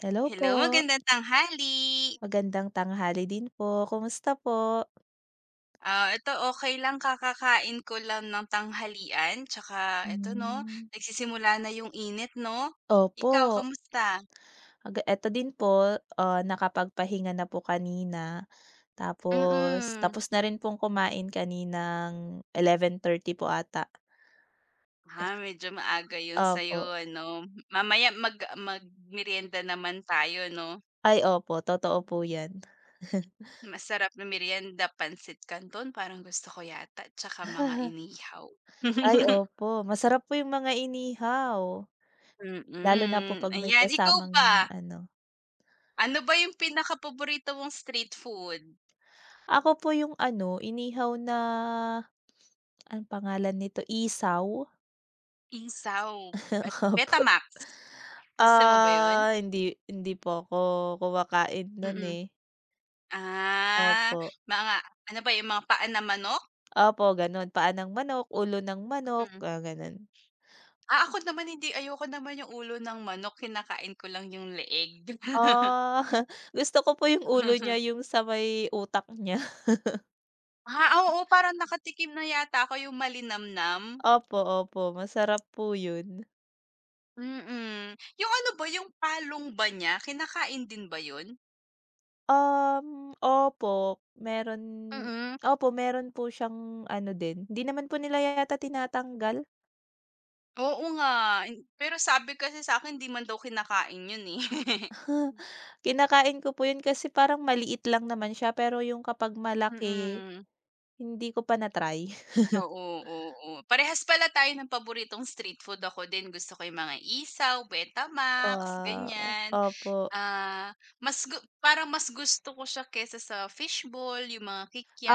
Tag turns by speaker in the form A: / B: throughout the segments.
A: Hello
B: Hello,
A: po,
B: magandang tanghali.
A: magandang tanghali din po, kumusta po?
B: Ah, ito okey lang kakakain ko lang ng tanghalian tsaka eto 'no,
A: Hmm.
B: nagsisimula na yung init 'no?
A: Opo,
B: Ikaw kamusta?
A: aga eto din po, nakapagpahinga na po kanina, tapos
B: Mm.
A: tapos na rin pong kumain kaninang 11:30 po ata.
B: Ah, medyo maaga yun sa'yo
A: Opo,
B: ano, mamaya magmeryenda naman tayo 'no?
A: ay opo, totoo po 'yan.
B: Masarap na meryenda, pansit canton parang gusto ko yata tsaka mga inihaw.
A: Ay opo, masarap po 'yung mga inihaw, lalo na po
B: Mm,
A: 'pag may
B: ayan. Ikaw
A: kasamang
B: ba?
A: ano
B: Ano ba yung pinakapaborito mong street food?
A: ako po 'yung ano, inihaw na anong pangalan nito, isaw.
B: Isaw
A: Opo.
B: Betamax, gusto mo ba yun?
A: Hindi hindi po ako kumakain nun,
B: Mm.
A: eh.
B: Ah,
A: Opo.
B: mga ano ba yung mga paa ng manok?
A: Opo, ganon Paa ng manok, ulo ng manok,
B: Mm.
A: ganon
B: Ah, ako naman hindi, ayoko naman yung ulo ng manok, kinakain ko lang yung leeg.
A: Ah, gusto ko po yung ulo niya, yung sa may utak niya.
B: Ah, oo, parang nakatikim na yata ako yung malinamnam.
A: Opo, opo, masarap po yun.
B: Mm. Yung ano ba, yung palong ba niya, kinakain din ba yun?
A: Opo, meron
B: Mm.
A: opo, meron po siyang ano din, hindi naman po nila yata tinatanggal.
B: Oo nga, pero sabi kasi sa'kin 'di man daw kinakain yun, eh.
A: Kinakain ko po yun kasi parang maliit lang naman siya pero yung kapag malaki
B: Mm.
A: hindi ko pa na-try.
B: Oo, oo, oo. Parehas pala tayo ng paboritong street food. Ako din gusto ko yung mga isaw, Betamax,
A: Ah,
B: ganyan.
A: opo,
B: Ah, mas gu parang mas gusto ko siya kaysa sa fishball, yung mga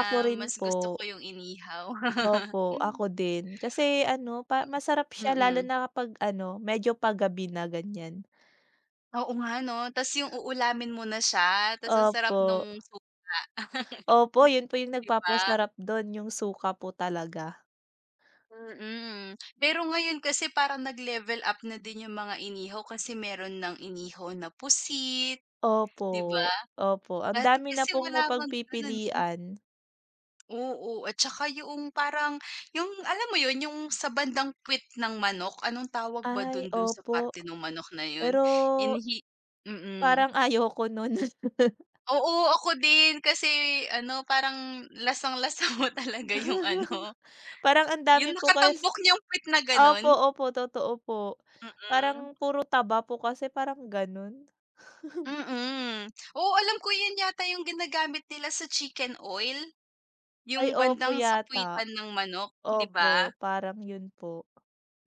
A: ako rin
B: mas
A: po.
B: gusto ko yung inihaw.
A: Opo, ako din. Kasi ano, pa masarap siya lalo
B: Mm.
A: na kapag ano, medyo pagabi na ganyan.
B: Oo nga 'no, tas yung uulamin mo na siya, tas ang sarap
A: Opo,
B: nung
A: opo,
B: foods,
A: yun po yung
B: 'di ba?
A: nagpapasarap dun, yung suka po talaga.
B: Mm. Pero ngayon kasi parang nag-level up na din yung mga inihaw kasi meron ng inihaw na pusit,
A: Opo,
B: 'di ba?
A: opo, ang
B: Dati
A: dami na
B: kasi
A: pong
B: wala mang gano'n, eh.
A: mapagpipilian.
B: Oo, at saka yoong parang yung alam mo yun, yung sa bandang puwit ng manok, anong tawag ba dun,
A: Ay,
B: dun sa
A: opo,
B: parte ng manok na yun?
A: pero
B: Inhi mm.
A: parang ayoko nun.
B: Oo, ako din kasi ano, parang lasang-lasa mo talaga yung ano,
A: Parang ang
B: yung
A: dami po kasi
B: nakatambok niyang puwit na gano'n.
A: opo, opo, totoo po.
B: Mm.
A: Parang puro taba po kasi parang gano'n.
B: Mm. Mm. Oo, alam ko yun yata yung ginagamit nila sa chicken oil, yung
A: Ay opo
B: bandang
A: yata,
B: sapuitan ng manok, 'di ba?
A: opo parang 'yun po.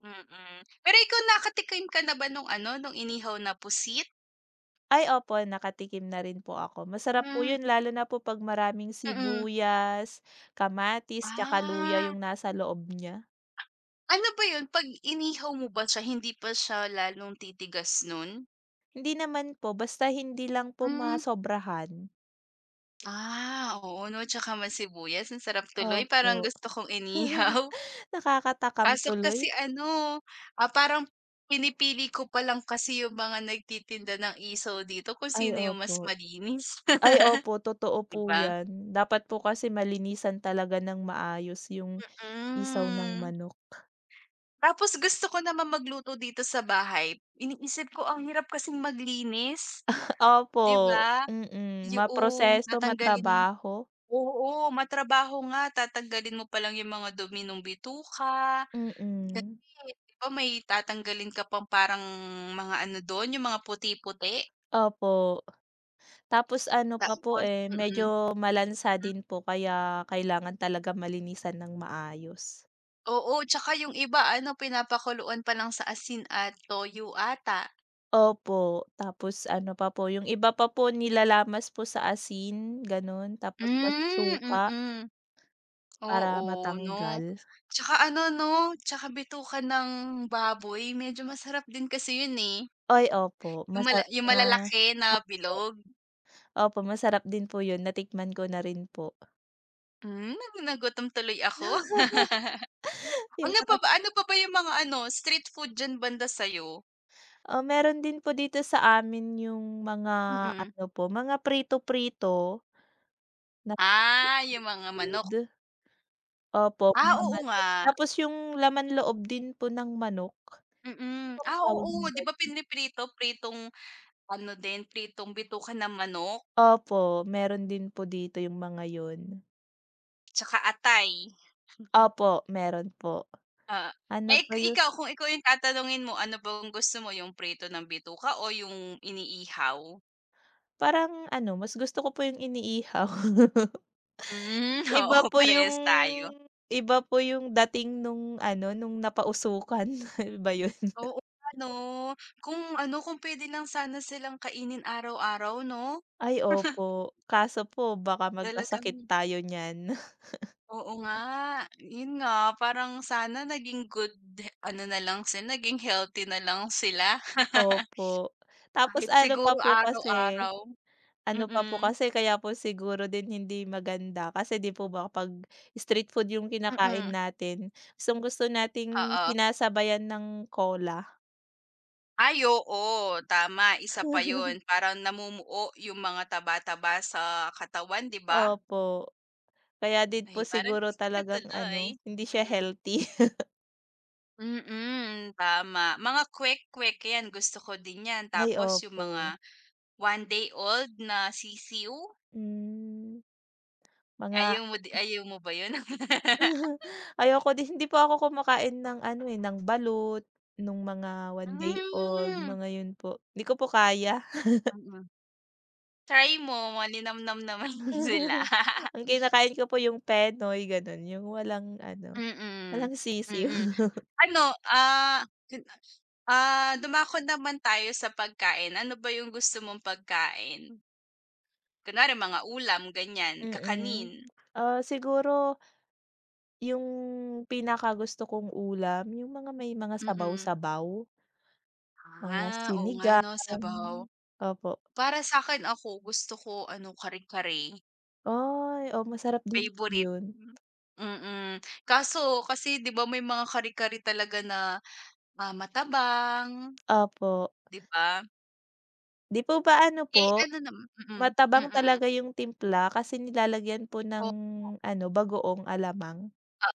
B: Mm. Pero ikaw nakatikim ka na ba nung ano, nung inihaw na pusit?
A: Ay opo nakatikim na rin po ako, masarap po
B: Hmm,
A: 'yun lalo na po 'pag maraming
B: mm.
A: sibuyas, kamatis, tsaka luya
B: Ah,
A: 'yung nasa loob niya.
B: ano ba yun 'pag inihaw mo ba siya hindi pa siya lalong titigas nun?
A: Hindi naman po basta hindi lang po
B: Hmm.
A: masobrahan.
B: Ah, oo 'no, tsaka may sibuyas ang sarap tuloy parang
A: Opo,
B: gusto kong inihaw.
A: nakakatakam
B: Kaso
A: tuloy.
B: kasi ano, parang pinipili ko pa lang kasi yung mga nagtitinda ng isaw dito kung
A: Ay
B: sino yung mas
A: opo.
B: malinis,
A: Ay opo totoo
B: 'di
A: po
B: ba?
A: 'yan, dapat po kasi malinisan talaga ng maayos 'yung isaw ng
B: Hmm.
A: manok.
B: Tapos gusto ko naman magluto dito sa bahay. Iniisip ko ang hirap kasing maglinis, 'di
A: Opo,
B: ba?
A: mm.
B: Yung
A: Maproseso,
B: tatanggalin
A: matrabaho,
B: oo, matrabaho nga tatanggalin mo pa lang yung mga dumi nung bituka.
A: mm.
B: Eh, 'di ba may tatanggalin ka pang parang mga ano dun, yung mga puti-puti.
A: Opo. Tapos ano pa po,
B: Tapos
A: eh,
B: mm,
A: medyo
B: hmm,
A: malansa din po kaya kailangan talaga malinisan ng maayos.
B: oo, tsaka yung iba ano pinapakuluan pa lang sa asin at toyo ata.
A: Opo, tapos ano pa po, yung iba pa po nilalamas po sa asin, gano'n, tapos sa
B: Hmm,
A: suka
B: mm.
A: para
B: Oo 'no?
A: matanggal.
B: Tsaka ano 'no, tsaka bituka ng baboy medyo masarap din kasi yun, eh.
A: Ay opo,
B: Yung
A: masa
B: mala yung
A: ma
B: malalaki na bilog.
A: opo, masarap din po 'yun, natikman ko na rin po.
B: Hmm, na nagutom tuloy ako. Ano pa ba yung mga ano, street food diyan banda sa'yo?
A: Ah, meron din po dito sa amin yung mga
B: Mm.
A: ano po, mga prito-prito na
B: Ah, yung
A: street
B: mga manok.
A: food. Opo,
B: Ah,
A: mga
B: oo nga.
A: manok. Tapos yung laman-loob din po ng manok. Ano
B: Mm.
A: bang
B: Ah,
A: tawag
B: oo,
A: nila?
B: 'di ba piniprito, pritong ano din, pritong bituka ng manok,
A: Opo, meron din po dito yung mga yun.
B: tsaka atay.
A: Opo, meron po.
B: ah
A: Ano
B: Eh, ik
A: pa yun,
B: ikaw kung ikaw yung tatanungin mo, ano bang gusto mo, yung prito ng bituka o yung iniihaw?
A: parang ano, mas gusto ko po yung iniihaw.
B: Hmm.
A: Iba
B: Oo,
A: po yung
B: parehas tayo.
A: iba po yung dating nung ano, nung napausukan ba yun?
B: Oo, ano kung pwede lang sana silang kainin araw-araw 'no?
A: Ay opo, kaso po baka
B: Talagang
A: magkasakit tayo niyan.
B: Oo nga. Yun nga, parang sana naging healthy na lang sila.
A: Opo, tapos
B: Kahit
A: ano
B: siguro
A: pa po kasi,
B: araw-araw.
A: ano pa po
B: Mm.
A: kasi kaya po siguro din hindi maganda kasi 'di po ba pag street food yung kinakain
B: Mm,
A: natin, gustong-gusto nating
B: oo.
A: sinasabayan ng cola.
B: Ay oo, tama isa pa yon. Parang namumuo yung mga taba-taba sa katawan 'di ba?
A: Opo, kaya din
B: Ay
A: po
B: parang
A: siguro
B: gusto ko
A: talagang
B: tuloy.
A: ano, hindi siya
B: Mm.
A: healthy.
B: Mm, tama mga kwek-kwek yan gusto ko din yan
A: Ay
B: tapos yung
A: opo,
B: mga one day old na sisiw,
A: hmm, mga
B: ayaw mo ba yun?
A: ayoko din po ako kumakain ng ano, eh, ng balut, nung mga one
B: Hmm,
A: day old,
B: mm.
A: mga yun po. Hindi ko po kaya.
B: Mm-mm. Try mo maninamnam naman sila.
A: Ang kinakain ko po yung Penoy, ganun, yung walang ano,
B: Mm,
A: walang sisiw.
B: mm. Ano, ah dumako naman tayo sa pagkain. Ano ba yung gusto mong pagkain? Kunwari mga ulam, ganyan, kakanin.
A: Mm. Siguro yung pinakagusto kong ulam, yung mga may mga
B: Mm.
A: sabaw-sabaw, mga
B: Ah, oo nga
A: sinigang.
B: 'no, sabaw.
A: Opo.
B: Para sa'kin ako, gusto ko ano, kare-kare,
A: Ay, oo, masarap din po
B: favorite.
A: yun.
B: Mm, kaso kasi 'di ba may mga kare-kare talaga na, matabang,
A: Opo.
B: 'di ba?
A: 'Di po ba ano
B: Eh,
A: po
B: ano nam mm,
A: matabang
B: mm.
A: talaga yung timpla kasi nilalagyan po ng
B: Oo
A: ano, bagoong alamang.
B: nga,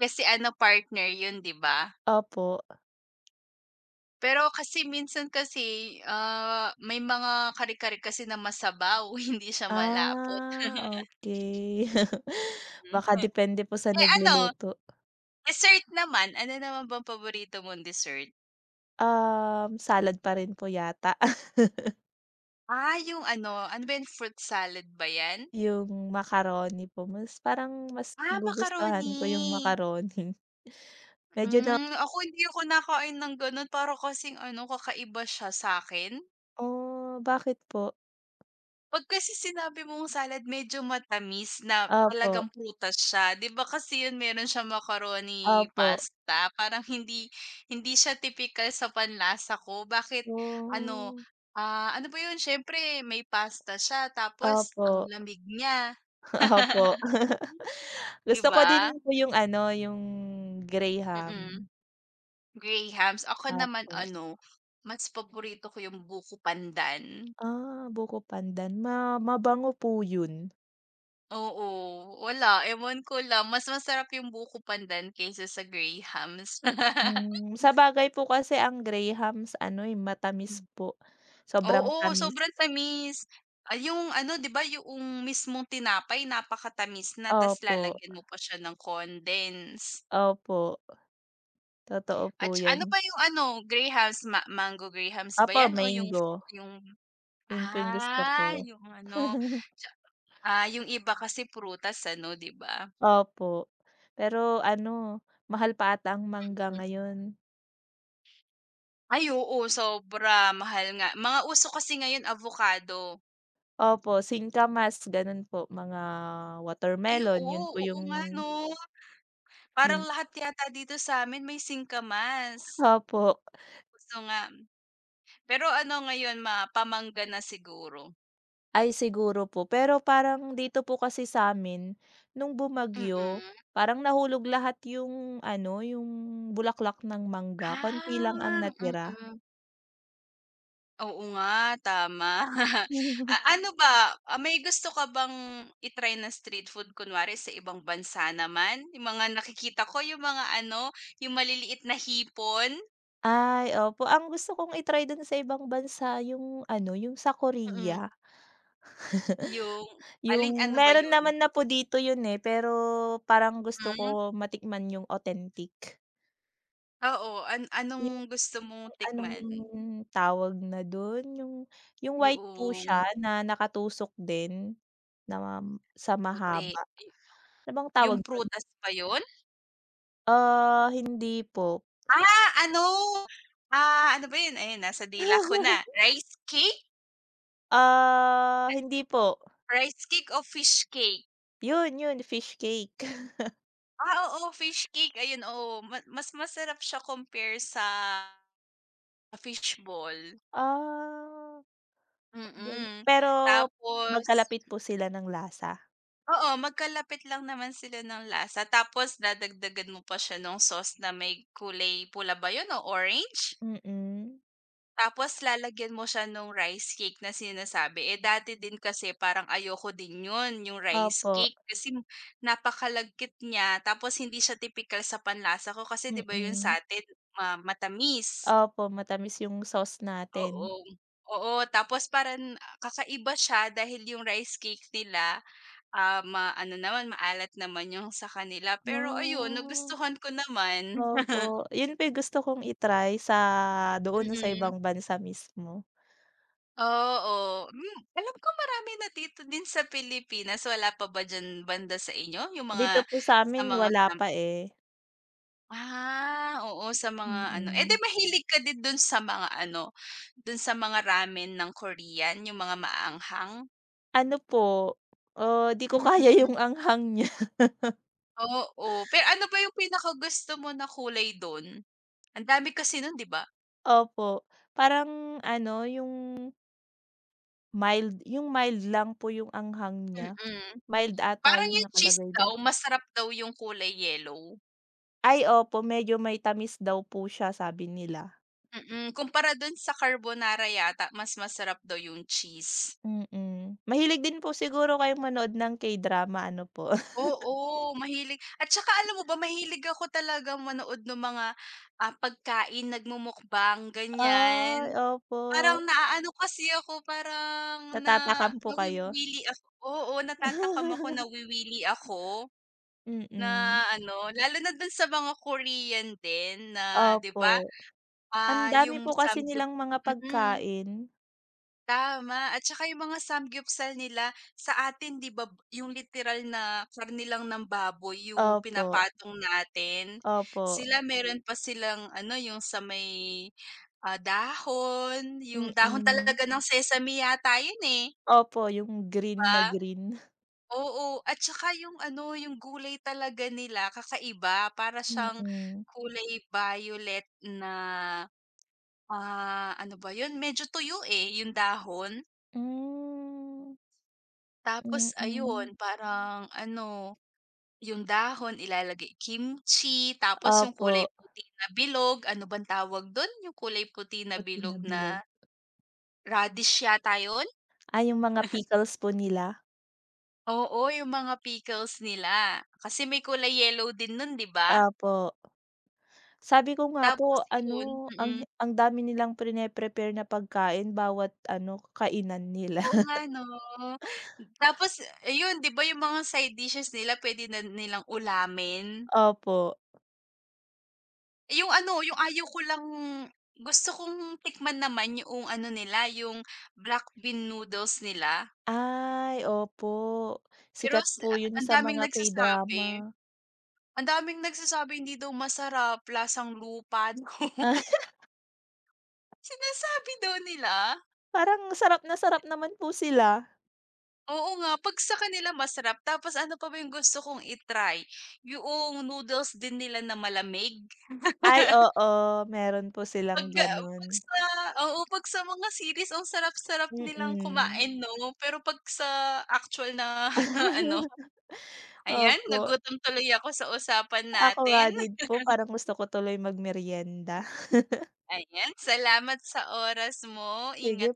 B: kasi ano partner yun, 'di ba?
A: Opo.
B: Pero kasi minsan kasi, may mga kare-kare kasi na masabaw, hindi siya malapot.
A: Ah, okey. Baka
B: Mhm.
A: depende po sa
B: Eh, ano,
A: nagluluto.
B: dessert naman, ano naman bang paborito mong dessert?
A: Salad pa rin po yata
B: Ah, yung ano, ano ba 'yan, fruit salad ba 'yan?
A: yung macaroni po mas parang mas
B: Ah,
A: nagugustuhan
B: macaroni.
A: ko yung macaroni. Medyo na
B: Hmm, ako hindi ako nakain ng gano'n para kasing ano, kakaiba siya sa akin.
A: oh, bakit po?
B: 'Pag kasi sinabi mong salad medyo matamis na
A: Opo,
B: talagang prutas siya, 'di ba kasi yun meron siyang macaroni
A: opo.
B: pasta, parang hindi hindi siya tipikal sa panlasa ko. Bakit ano,
A: Oh,
B: ano ba yun, siyempre may pasta siya tapos ang
A: opo,
B: lamig niya,
A: opo.
B: 'di
A: Gusto ko
B: ba?
A: din po yung ano, yung
B: Mm,
A: greyhound.
B: grahams. Ako naman
A: Opo.
B: ano, mas paborito ko yung buko pandan.
A: Ah, buko pandan ma mabango po yun.
B: Oo, wala ewan ko lang, mas masarap yung buko pandan kaysa sa grahams.
A: Hmm, sabagay po kasi ang greyhounds ano, eh, matamis
B: Hmm.
A: po, sobrang
B: Oo,
A: tamis.
B: sobrang tamis. Ay yung ano 'di ba yung mismong tinapay napakatamis na tas
A: Opo,
B: lalagyan mo pa siya ng condense
A: opo, totoo po
B: at
A: yan.
B: ano pa yung ano, Graham's mango Graham's ba
A: Opo,
B: 'yan o yung
A: mango,
B: yung
A: yun po yung gusto ko.
B: yung ano tsa yung iba kasi prutas ano 'di ba?
A: Opo, pero ano, mahal pa ata ang mangga
B: Hmm.
A: ngayon.
B: Ay oo, sobra mahal nga. Mga uso kasi ngayon avocado.
A: Opo, singkamas ganun po, mga
B: Ay
A: watermelon,
B: oo,
A: yun po
B: oo
A: yung
B: nga 'no. Parang
A: yun
B: lahat yata dito sa'min may singkamas.
A: opo.
B: Gusto nga. Pero ano ngayon pamangga na siguro?
A: Ay siguro po. Pero parang dito po kasi sa sa'min nung bumagyo,
B: Mm.
A: parang nahulog lahat yung ano, yung bulaklak ng mangga, konti lang ang
B: Ah,
A: natira.
B: mm. Oo nga, tama. Ano ba, may gusto ka bang na street food kunwari sa ibang bansa naman? Yung mga nakikita ko yung mga ano, yung maliliit na hipon?
A: Ay, opo. Ang gusto kong i dun sa ibang bansa yung ano, yung sa
B: Mm.
A: Korea.
B: Yung alin
A: Yung
B: ano ba
A: meron
B: yun?
A: naman na po dito yun, eh, pero parang gusto
B: Hmm,
A: ko matikman yung authentic.
B: oo. Anong
A: Yung
B: gusto mong
A: anong
B: tikman?
A: tawag na dun, yung white po
B: Yung
A: siya na nakatusok din. Na mam sa
B: puti,
A: mahaba, ano bang
B: yung
A: tawag dun?
B: prutas pa yun?
A: Ah, hindi po.
B: Ah, ano, ano ba yun? Ayun, nasa dila ko na. Rice cake?
A: Ah, hindi po.
B: Rice cake o fish cake?
A: Yun, yun fish cake.
B: Ah, oo, fish cake. Ayun, oo, mas masarap siya compare sa fishball.
A: Ah, gan
B: Mm.
A: pero
B: Tapos
A: magkalapit po sila ng lasa.
B: oo, magkalapit lang naman sila ng lasa tapos dadagdagan mo pa siya nung sauce na may kulay pula ba yun o orange?
A: Mm,
B: Tapos lalagyan mo siya nung rice cake na sinasabi. Eh, dati din kasi parang ayoko din 'yun, yung rice
A: opo,
B: cake kasi napakalagkit niya tapos hindi siya typical sa panlasa ko kasi 'di ba 'yun sa
A: mm.
B: atin matamis.
A: Opo, matamis yung sauce natin.
B: Oo, oo. Tapos parang kakaiba siya dahil yung rice cake nila, ano naman, maalat naman yung sa kanila. Pero ayun,
A: Ah,
B: nagustuhan ko naman.
A: opo. Yun po yung gusto kong i-try sa doon sa
B: Mm.
A: ibang bansa mismo.
B: Oo, alam ko marami na dito din sa Pilipinas, wala pa ba diyan banda sa inyo yung
A: Dito
B: mga
A: po
B: sa
A: sa'min
B: mga
A: wala pa, eh.
B: oo sa mga ano, eh, 'di
A: Mm.
B: mahilig ka din dun sa mga ano, dun sa mga ramen ng Korean, yung mga maanghang?
A: Ano po, 'di ko
B: Mm,
A: kaya yung anghang niya,
B: oo, pero ano ba yung pinakagusto mo na kulay dun? Ang dami kasi nun 'di ba?
A: opo. Parang ano, yung mild lang po yung anghang niya.
B: Mm,
A: Mild ata
B: parang
A: yung
B: yung cheese
A: nakalagay
B: daw
A: dun.
B: masarap daw yung kulay yellow.
A: Ay opo, medyo may tamis daw po siya sabi nila,
B: Mm, kumpara dun sa carbonara yata mas masarap daw yung cheese.
A: mm. Mahilig din po siguro kayong manood ng K-drama ano po.
B: Oo, mahilig at saka alam mo ba mahilig ako talaga manood ng mga, pagkain, nagmumukbang,
A: Ay,
B: ganyan.
A: opo.
B: Parang naaano kasi ako, parang na
A: Natatakam po kayo?
B: nawiwili ako oo, natatakam ako, nawiwili ako na
A: Mm,
B: ano, lalo na dun sa mga Korean din na 'di
A: opo.
B: ba,
A: Ang dami
B: yung
A: po kasi
B: samgyup
A: nilang mga
B: mm.
A: pagkain.
B: Tama at saka yung mga samgyupsal nila, sa atin 'di ba yung literal na karne lang ng baboy yung
A: Opo,
B: pinapatong natin.
A: opo.
B: Sila meron pa silang ano yung sa may, dahon, yung dahon talaga
A: Mm.
B: ng sesame yata yun, eh,
A: Opo, yung
B: 'di
A: green
B: ba?
A: na green.
B: Oo, at saka yung ano, yung gulay talaga nila kakaiba para siyang
A: Mm.
B: kulay violet na, ano ba yun medyo tuyo, eh, yung dahon.
A: Hmm,
B: Tapos
A: mm.
B: ayun, parang ano, yung dahon ilalagay kimchi, tapos yung
A: Opo,
B: kulay puti na bilog, ano bang tawag dun? Yung kulay puti na
A: puti na
B: bilog
A: bilog.
B: na radish yata yun?
A: Ah, yung mga pickles po nila?
B: Oo, yung mga pickles nila. Kasi may kulay yellow din nun, 'di ba?
A: Opo. Sabi ko nga
B: Tapos
A: po
B: yun
A: ano,
B: mm.
A: ang dami nilang prine-prepare na pagkain bawat ano, kainan nila.
B: Oo nga 'no. Tapos ayun, 'di ba yung mga side dishes nila puwede na nilang ulamin?
A: Opo.
B: Yung ano, yung ayaw ko lang gusto kong tikman naman yung ano nila, yung black bean noodles nila.
A: Ay, opo.
B: Pero
A: Sikat po yun
B: ang
A: sa
B: daming
A: mga
B: nagsasabi
A: K-drama.
B: ang daming nagsasabi hindi daw masarap, lasang lupa daw. Sinasabi daw nila.
A: Parang sarap na sarap naman po sila.
B: Oo nga, 'pag sa kanila masarap tapos ano pa ba yung gusto kong itry yung noodles din nila na malamig.
A: Ay oo, meron po silang
B: 'Pag, ah,
A: ganun.
B: 'pag sa Oo, 'pag sa mga series ang sarap-sarap nilang
A: Mm,
B: kumain 'no, pero 'pag sa actual na ano, ayan
A: opo.
B: nagutom tuloy ako sa usapan
A: Ako nga
B: natin.
A: din po parang gusto ko tuloy magmeryenda.
B: Ayan, salamat sa oras mo, ingat.
A: Sige